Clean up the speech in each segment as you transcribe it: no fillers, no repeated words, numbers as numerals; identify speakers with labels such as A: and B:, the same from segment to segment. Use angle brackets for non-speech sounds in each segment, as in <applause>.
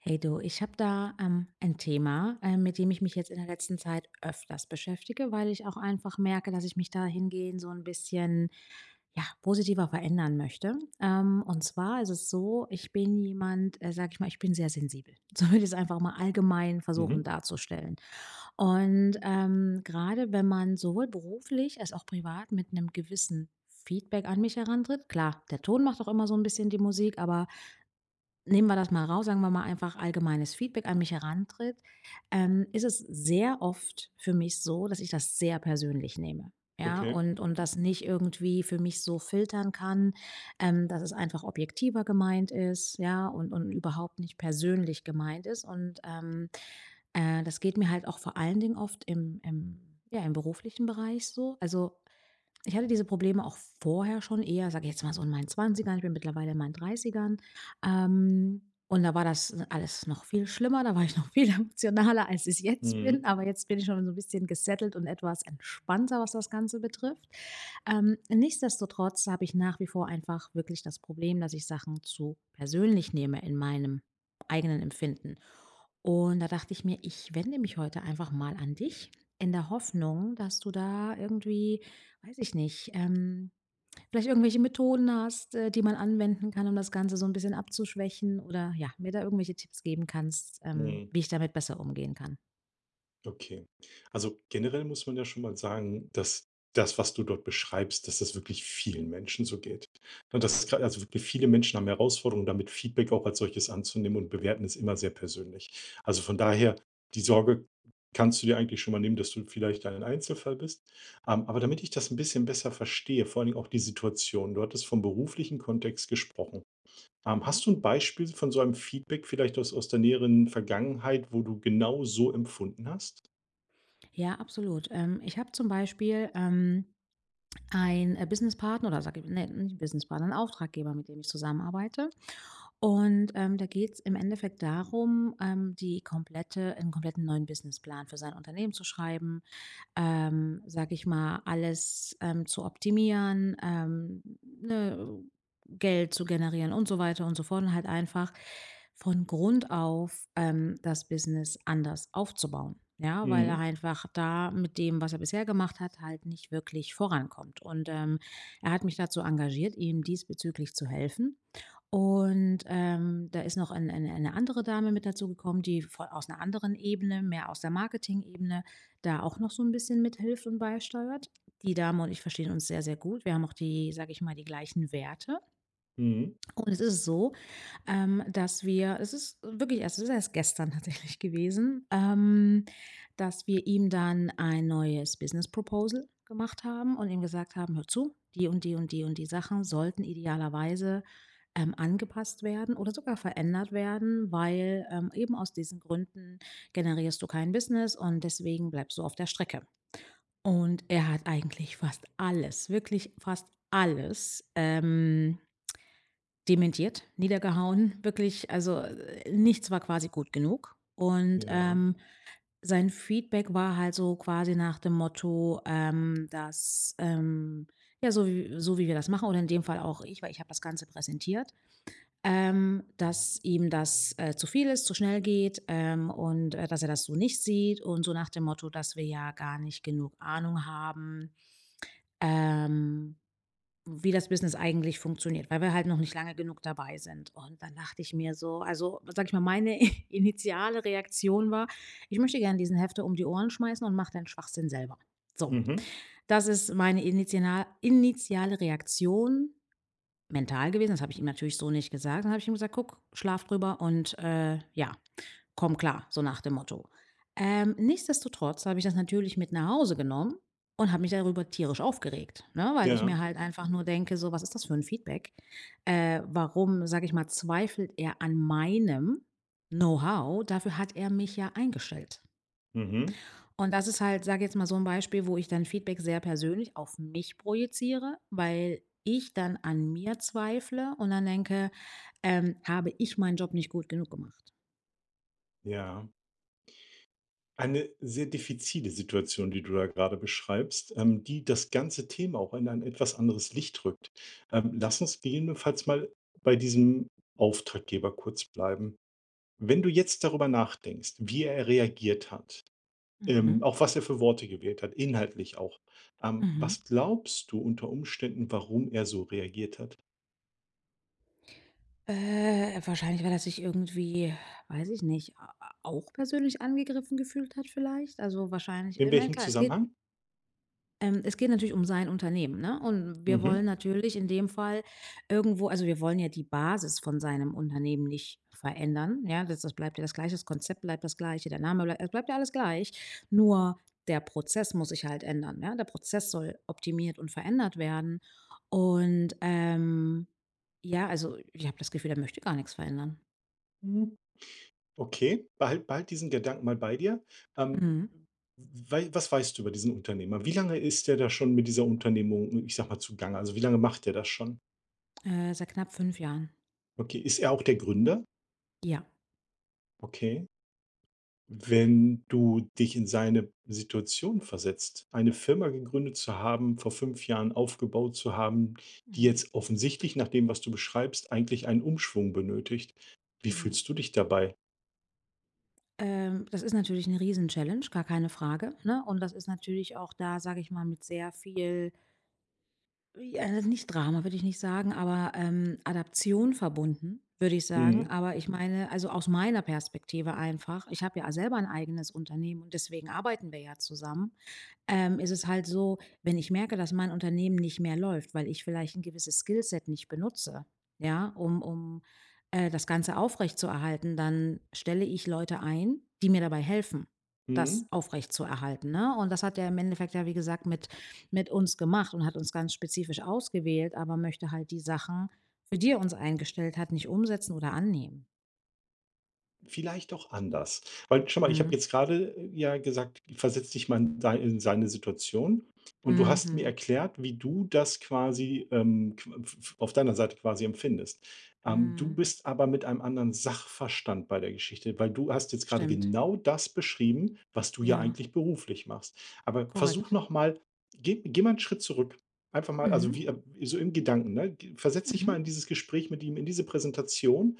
A: Hey du, ich habe da ein Thema, mit dem ich mich jetzt in der letzten Zeit öfters beschäftige, weil ich auch einfach merke, dass ich mich dahingehend so ein bisschen ja, positiver verändern möchte. Und zwar ist es so, ich bin jemand, sag ich mal, ich bin sehr sensibel. <laughs> So würde ich es einfach mal allgemein versuchen
B: Mhm,
A: darzustellen. Gerade wenn man sowohl beruflich als auch privat mit einem gewissen Feedback an mich herantritt, klar, der Ton macht auch immer so ein bisschen die Musik, aber nehmen wir das mal raus, sagen wir mal einfach allgemeines Feedback an mich herantritt, ist es sehr oft für mich so, dass ich das sehr persönlich nehme, ja,
B: okay.
A: und das nicht irgendwie für mich so filtern kann, dass es einfach objektiver gemeint ist, ja, und überhaupt nicht persönlich gemeint ist. Das geht mir halt auch vor allen Dingen oft im ja, im beruflichen Bereich so. Also, ich hatte diese Probleme auch vorher schon eher, sage ich jetzt mal so in meinen Zwanzigern. Ich bin mittlerweile in meinen Dreißigern. Ähm, und da war das alles noch viel schlimmer, da war ich noch viel <laughs> emotionaler, als ich jetzt bin.
B: Mhm,
A: Aber jetzt bin ich schon so ein bisschen gesettelt und etwas entspannter, was das Ganze betrifft. Nichtsdestotrotz habe ich nach wie vor einfach wirklich das Problem, dass ich Sachen zu persönlich nehme in meinem eigenen Empfinden. Und da dachte ich mir, ich wende mich heute einfach mal an dich in der Hoffnung, dass du da irgendwie, weiß ich nicht, vielleicht irgendwelche Methoden hast, die man anwenden kann, um das Ganze so 'n bisschen abzuschwächen oder ja, mir da irgendwelche Tipps geben kannst,
B: mhm,
A: wie ich damit besser umgehen kann.
B: okay. Also, generell muss man ja schon mal sagen, dass das, was du dort beschreibst, dass das wirklich vielen Menschen so geht. Ne, das ist grad, also wirklich viele Menschen haben Herausforderungen damit, Feedback auch als solches anzunehmen und bewerten es immer sehr persönlich. Also, von daher, die Sorge kannst du dir eigentlich schon mal nehmen, dass du vielleicht ein Einzelfall bist. Aber damit ich das ein bisschen besser verstehe, vor allen Dingen auch die Situation. Du hattest vom beruflichen Kontext gesprochen. Hast
A: Mhm.
B: du ein Beispiel von so einem Feedback vielleicht aus der näheren Vergangenheit, wo du genau so empfunden hast?
A: Ja, absolut. Ich habe zum Beispiel, Businesspartner oder sage ich, ne, nicht Businesspartner, 'n Auftraggeber, mit dem ich zusammenarbeite. Da geht's im Endeffekt darum, die komplette 'n kompletten neuen Businessplan für sein Unternehmen zu schreiben, sage ich mal, alles zu optimieren, ne, Geld zu generieren und so weiter und so fort und halt einfach von Grund auf das Business anders aufzubauen. Ja, weil
B: Mhm,
A: er einfach da mit dem, was er bisher gemacht hat, halt nicht wirklich vorankommt. Er hat mich dazu engagiert, ihm diesbezüglich zu helfen. Da ist noch eine andere Dame mit dazu gekommen, die aus einer anderen Ebene, mehr aus der Marketing-Ebene, da auch noch so ein bisschen mithilft und beisteuert. Die Dame und ich verstehen uns sehr, sehr gut. Wir haben auch sage ich mal, die gleichen Werte.
B: mhm,
A: Und es ist so, dass wir es ist wirklich erst es ist erst gestern <laughs> tatsächlich gewesen, dass wir ihm dann ein neues Business Proposal gemacht haben und ihm gesagt haben: „Hör zu, die und die und die und die Sachen sollten idealerweise, angepasst werden oder sogar verändert werden, weil, eben aus diesen Gründen generierst du kein Business und deswegen bleibst du auf der Strecke.“ Und er hat eigentlich fast alles, wirklich fast alles, dementiert, niedergehauen, wirklich, nichts war quasi gut genug.
B: ja,
A: Sein Feedback war halt so quasi nach dem Motto, dass ja, so wie wir das machen oder in dem Fall auch ich, weil ich habe das Ganze präsentiert, dass ihm das, zu viel ist, zu schnell geht, dass er das so nicht sieht und so nach dem Motto, dass wir ja gar nicht genug Ahnung haben ähm, wie das Business eigentlich funktioniert, weil wir halt noch nicht lange genug dabei sind. Und dann dachte ich mir so, also sag ich mal, meine <laughs> initiale Reaktion war, ich möchte gerne diesen Hefte um die Ohren schmeißen und mache den Schwachsinn selber. So,
B: mhm,
A: das ist meine initiale Reaktion mental gewesen. Das habe ich ihm natürlich so nicht gesagt. Dann habe ich ihm gesagt, guck, schlaf drüber und ja, komm klar“, so nach dem Motto. Nichtsdestotrotz habe ich das natürlich mit nach Hause genommen und habe mich darüber tierisch aufgeregt, ne? Weil ich
B: ja,
A: mir halt einfach nur denke, so: „Was ist das für ein Feedback? Warum, sage ich mal, zweifelt er an meinem Know-how? Dafür hat er mich ja eingestellt.“
B: mhm,
A: Und das ist halt, sage jetzt mal, so ein Beispiel, wo ich dann Feedback sehr persönlich auf mich projiziere, weil ich dann an mir zweifle und dann denke, „Habe ich meinen Job nicht gut genug gemacht?“
B: ja. Eine sehr diffizile Situation, die du da gerade beschreibst, die das ganze Thema auch in ein etwas anderes Licht rückt. Lass uns gegebenenfalls mal bei diesem Auftraggeber kurz bleiben. Wenn du jetzt darüber nachdenkst, wie er reagiert hat.
A: Mhm,
B: Auch was er für Worte gewählt hat, inhaltlich auch.
A: mhm.
B: Was glaubst du unter Umständen, warum er so reagiert hat?
A: Wahrscheinlich, weil er sich irgendwie, weiß ich nicht, auch persönlich angegriffen gefühlt hat vielleicht. Also wahrscheinlich,
B: In
A: ich meine,
B: welchem
A: klar,
B: Zusammenhang?
A: es geht natürlich um sein Unternehmen, ne? Und wir
B: Mhm.
A: wollen natürlich in dem Fall irgendwo, also, wir wollen ja die Basis von seinem Unternehmen nicht verändern, ja? Das bleibt ja das Gleiche, das Konzept bleibt das Gleiche, der Name bleibt, es bleibt ja alles gleich, nur der Prozess muss sich halt ändern, ja? Der Prozess soll optimiert und verändert werden und, ja, also, ich habe das Gefühl, er möchte gar nichts verändern.
B: Mhm. Okay, behalt diesen Gedanken mal bei dir. Ähm,
A: Mhm.
B: was weißt du über diesen Unternehmer? Wie lange ist er da schon mit dieser Unternehmung, ich sag mal, zugange? Also wie lange macht er das schon?
A: Seit knapp 5 Jahren.
B: Okay, ist er auch der Gründer?
A: Ja.
B: Okay. Wenn du dich in seine Situation versetzt, eine Firma gegründet zu haben, vor 5 Jahren aufgebaut zu haben, die
A: Mhm.
B: jetzt offensichtlich nach dem, was du beschreibst, eigentlich einen Umschwung benötigt. Wie
A: Mhm.
B: fühlst du dich dabei?
A: Das ist natürlich 'ne Riesenchallenge, gar keine Frage, ne? Und das ist natürlich auch da, sage ich mal, mit sehr viel ja, also nicht Drama, würde ich nicht sagen, aber, Adaption verbunden, würde ich sagen.
B: Mhm,
A: Aber ich, mhm, meine, also aus meiner Perspektive einfach, ich habe ja selber ein eigenes Unternehmen und deswegen arbeiten wir ja zusammen, ist es halt so, wenn ich merke, dass mein Unternehmen nicht mehr läuft, weil ich vielleicht ein gewisses Skillset nicht benutze, ja, um das Ganze aufrechtzuerhalten, dann stelle ich Leute ein, die mir dabei helfen, das
B: mhm.
A: aufrechtzuerhalten, ne? Und das hat ja im Endeffekt ja, wie gesagt, mit uns gemacht und hat uns ganz spezifisch ausgewählt, aber möchte halt die Sachen, für die er uns eingestellt hat, nicht umsetzen oder annehmen.
B: Vielleicht auch anders. Weil schau mal, ich habe
A: Mhm.
B: jetzt gerade ja gesagt: „Versetz dich mal in seine Situation.“ Und du hast mir
A: Mhm.
B: erklärt, wie du das quasi, qu f f auf deiner Seite quasi empfindest. Du
A: Mhm.
B: bist aber mit einem anderen Sachverstand bei der Geschichte, weil du hast jetzt gerade
A: Stimmt.
B: genau das beschrieben, was du ja
A: Ja,
B: eigentlich beruflich machst. Aber versuch
A: korrekt.
B: noch mal, geh mal einen Schritt zurück. Einfach mal, also,
A: Mhm.
B: wie, so im Gedanken, ne? Versetz dich mal
A: Mhm.
B: in dieses Gespräch mit ihm, in diese Präsentation,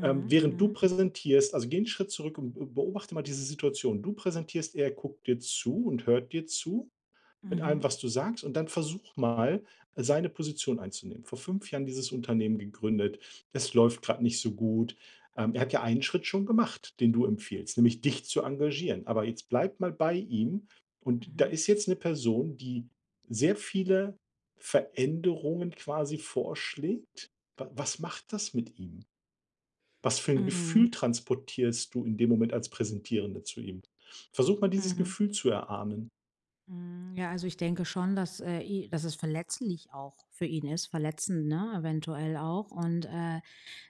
B: während du
A: Mhm.
B: präsentierst, also geh einen Schritt zurück und be beobachte mal diese Situation. Du präsentierst, er guckt dir zu und hört dir zu mit allem,
A: Mhm.
B: was du sagst, und dann versuch mal, seine Position einzunehmen. Vor 5 Jahren dieses Unternehmen gegründet. Es läuft gerade nicht so gut. Er hat ja einen Schritt schon gemacht, den du empfiehlst, nämlich dich zu engagieren. Aber jetzt bleib mal bei ihm, und da
A: Mhm.
B: ist jetzt eine Person, die sehr viele Veränderungen quasi vorschlägt. Wa Was macht das mit ihm? Was für ein
A: Mhm.
B: Gefühl transportierst du in dem Moment als Präsentierende zu ihm? Versuch mal, dieses
A: Mhm.
B: Gefühl zu erahnen.
A: Mhm. Ja, also ich denke schon, dass es verletzlich auch für ihn ist, verletzend, ne, eventuell auch und,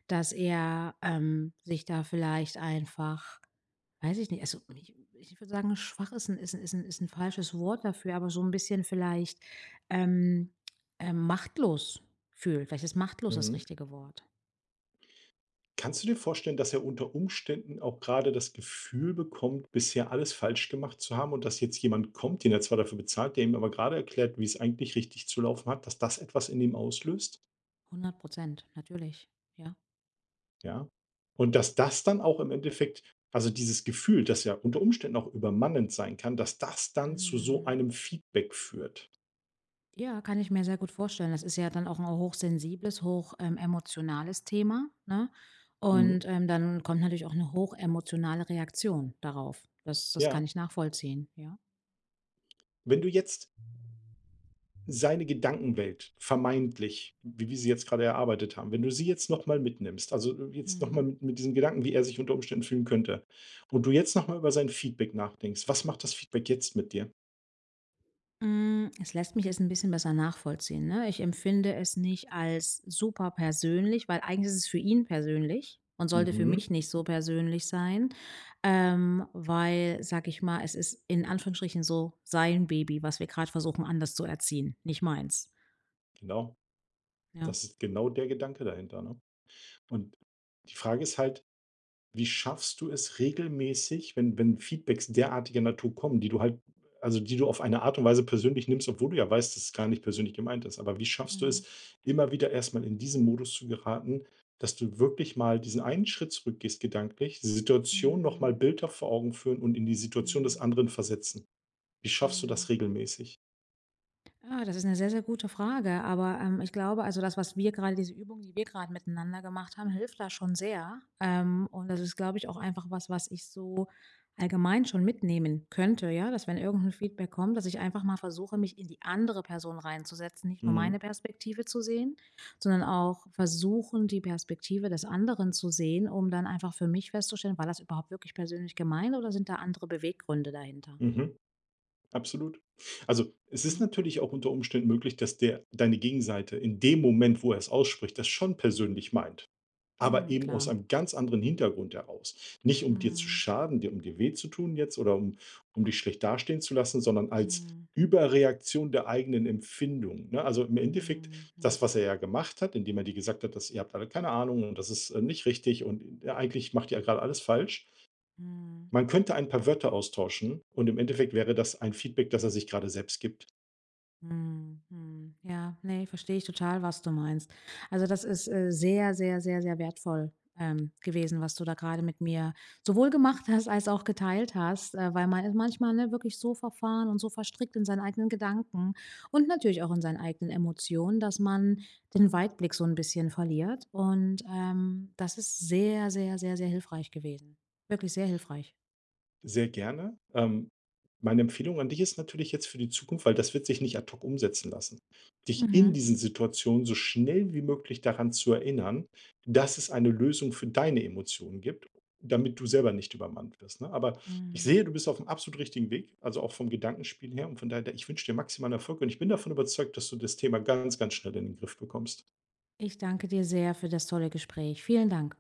A: dass er, sich da vielleicht einfach, weiß ich nicht. Also, ich würde sagen, schwach ist ein ist 'n falsches Wort dafür, aber so ein bisschen vielleicht, ähm, machtlos fühlt. Vielleicht ist machtlos das
B: Mhm.
A: richtige Wort.
B: Kannst du dir vorstellen, dass er unter Umständen auch gerade das Gefühl bekommt, bisher alles falsch gemacht zu haben und dass jetzt jemand kommt, den er zwar dafür bezahlt, der ihm aber gerade erklärt, wie es eigentlich richtig zu laufen hat, dass das etwas in ihm auslöst,
A: 100%, natürlich, ja.
B: ja? Und dass das dann auch im Endeffekt, also dieses Gefühl, das ja unter Umständen auch übermannend sein kann, dass das dann zu so
A: Mhm.
B: einem Feedback führt.
A: Ja, kann ich mir sehr gut vorstellen. Das ist ja dann auch ein hochsensibles, emotionales Thema, ne?
B: Mhm.
A: Und, dann kommt natürlich auch eine hochemotionale Reaktion darauf. Das kann
B: Ja.
A: ich nachvollziehen, ja.
B: Wenn du jetzt seine Gedankenwelt, vermeintlich, wie wir sie jetzt gerade erarbeitet haben, wenn du sie jetzt noch mal mitnimmst, also, jetzt noch mal
A: Mhm.
B: mit diesen Gedanken, wie er sich unter Umständen fühlen könnte, und du jetzt noch mal über sein Feedback nachdenkst, was macht das Feedback jetzt mit dir?
A: Hm, es lässt mich es ein bisschen besser nachvollziehen, ne? Ich empfinde es nicht als super persönlich, weil eigentlich ist es für ihn persönlich und sollte für
B: Mhm,
A: mich nicht so persönlich sein, weil, sag ich mal, es ist in Anführungsstrichen so sein Baby, was wir gerade versuchen, anders zu erziehen, nicht meins.
B: genau.
A: Ja.
B: Das ist genau der Gedanke dahinter, ne? Und die Frage ist halt: Wie schaffst du es regelmäßig, wenn Feedbacks derartiger Natur kommen, die du halt, also, die du auf eine Art und Weise persönlich nimmst, obwohl du ja weißt, dass es gar nicht persönlich gemeint ist. Aber wie schaffst du
A: Mhm.
B: es, immer wieder erstmal in diesen Modus zu geraten, dass du wirklich mal diesen einen Schritt zurückgehst gedanklich, die Situation noch mal
A: Mhm.
B: bildhaft vor Augen führen und in die Situation des
A: Mhm.
B: anderen versetzen? Wie schaffst du
A: Mhm.
B: das regelmäßig?
A: Ah, das ist eine sehr, sehr gute Frage, aber, ich glaube, also, das, was wir gerade diese Übung, die wir gerade miteinander gemacht haben, hilft da schon sehr. Und das ist, glaube ich, auch einfach was, was ich so allgemein schon mitnehmen könnte, ja, dass wenn irgend 'n Feedback kommt, dass ich einfach mal versuche, mich in die andere Person reinzusetzen, nicht nur
B: Mhm.
A: meine Perspektive zu sehen, sondern auch versuchen, die Perspektive des anderen zu sehen, um dann einfach für mich festzustellen: „War das überhaupt wirklich persönlich gemeint oder sind da andere Beweggründe dahinter?“
B: Mhm. Absolut. Also, es ist
A: Ne?
B: natürlich auch unter Umständen möglich, dass der deine Gegenseite in dem Moment, wo er es ausspricht, das schon persönlich meint. Aber
A: Mhm,
B: eben aus
A: klar.
B: einem ganz anderen Hintergrund heraus. Nicht um dir zu
A: Mhm,
B: schaden, dir um dir weh zu tun jetzt oder um dich schlecht dastehen zu lassen, sondern als
A: mhm.
B: Überreaktion der eigenen Empfindung, ne? Also, im Endeffekt
A: Mhm,
B: das, was er ja gemacht hat, indem er dir gesagt hat, dass „Ihr habt alle keine Ahnung und das ist, nicht richtig und, eigentlich macht ihr gerade alles falsch.“
A: mhm,
B: Man könnte ein paar Wörter austauschen und im Endeffekt wäre das ein Feedback, das er sich gerade selbst gibt.
A: mhm, mhm. Ja, ne, verstehe ich total, was du meinst. Also, das ist, sehr, sehr, sehr, sehr wertvoll, gewesen, was du da gerade mit mir sowohl gemacht hast als auch geteilt hast, weil man ist manchmal, ne, wirklich so verfahren und so verstrickt in seinen eigenen Gedanken und natürlich auch in seinen eigenen Emotionen, dass man den Weitblick so ein bisschen verliert und, das ist sehr, sehr, sehr, sehr hilfreich gewesen. Wirklich sehr hilfreich.
B: Sehr gerne. Meine Empfehlung an dich ist natürlich jetzt für die Zukunft, weil das wird sich nicht ad hoc umsetzen lassen, dich in
A: Mhm.
B: diesen Situationen so schnell wie möglich daran zu erinnern, dass es eine Lösung für deine Emotionen gibt, damit du selber nicht übermannt wirst. Ne? Aber ich sehe,
A: Mhm.
B: du bist auf dem absolut richtigen Weg, also auch vom Gedankenspiel her. Und von daher, ich wünsche dir maximalen Erfolg und ich bin davon überzeugt, dass du das Thema ganz, ganz schnell in den Griff bekommst.
A: Ich danke dir sehr für das tolle Gespräch. Vielen Dank.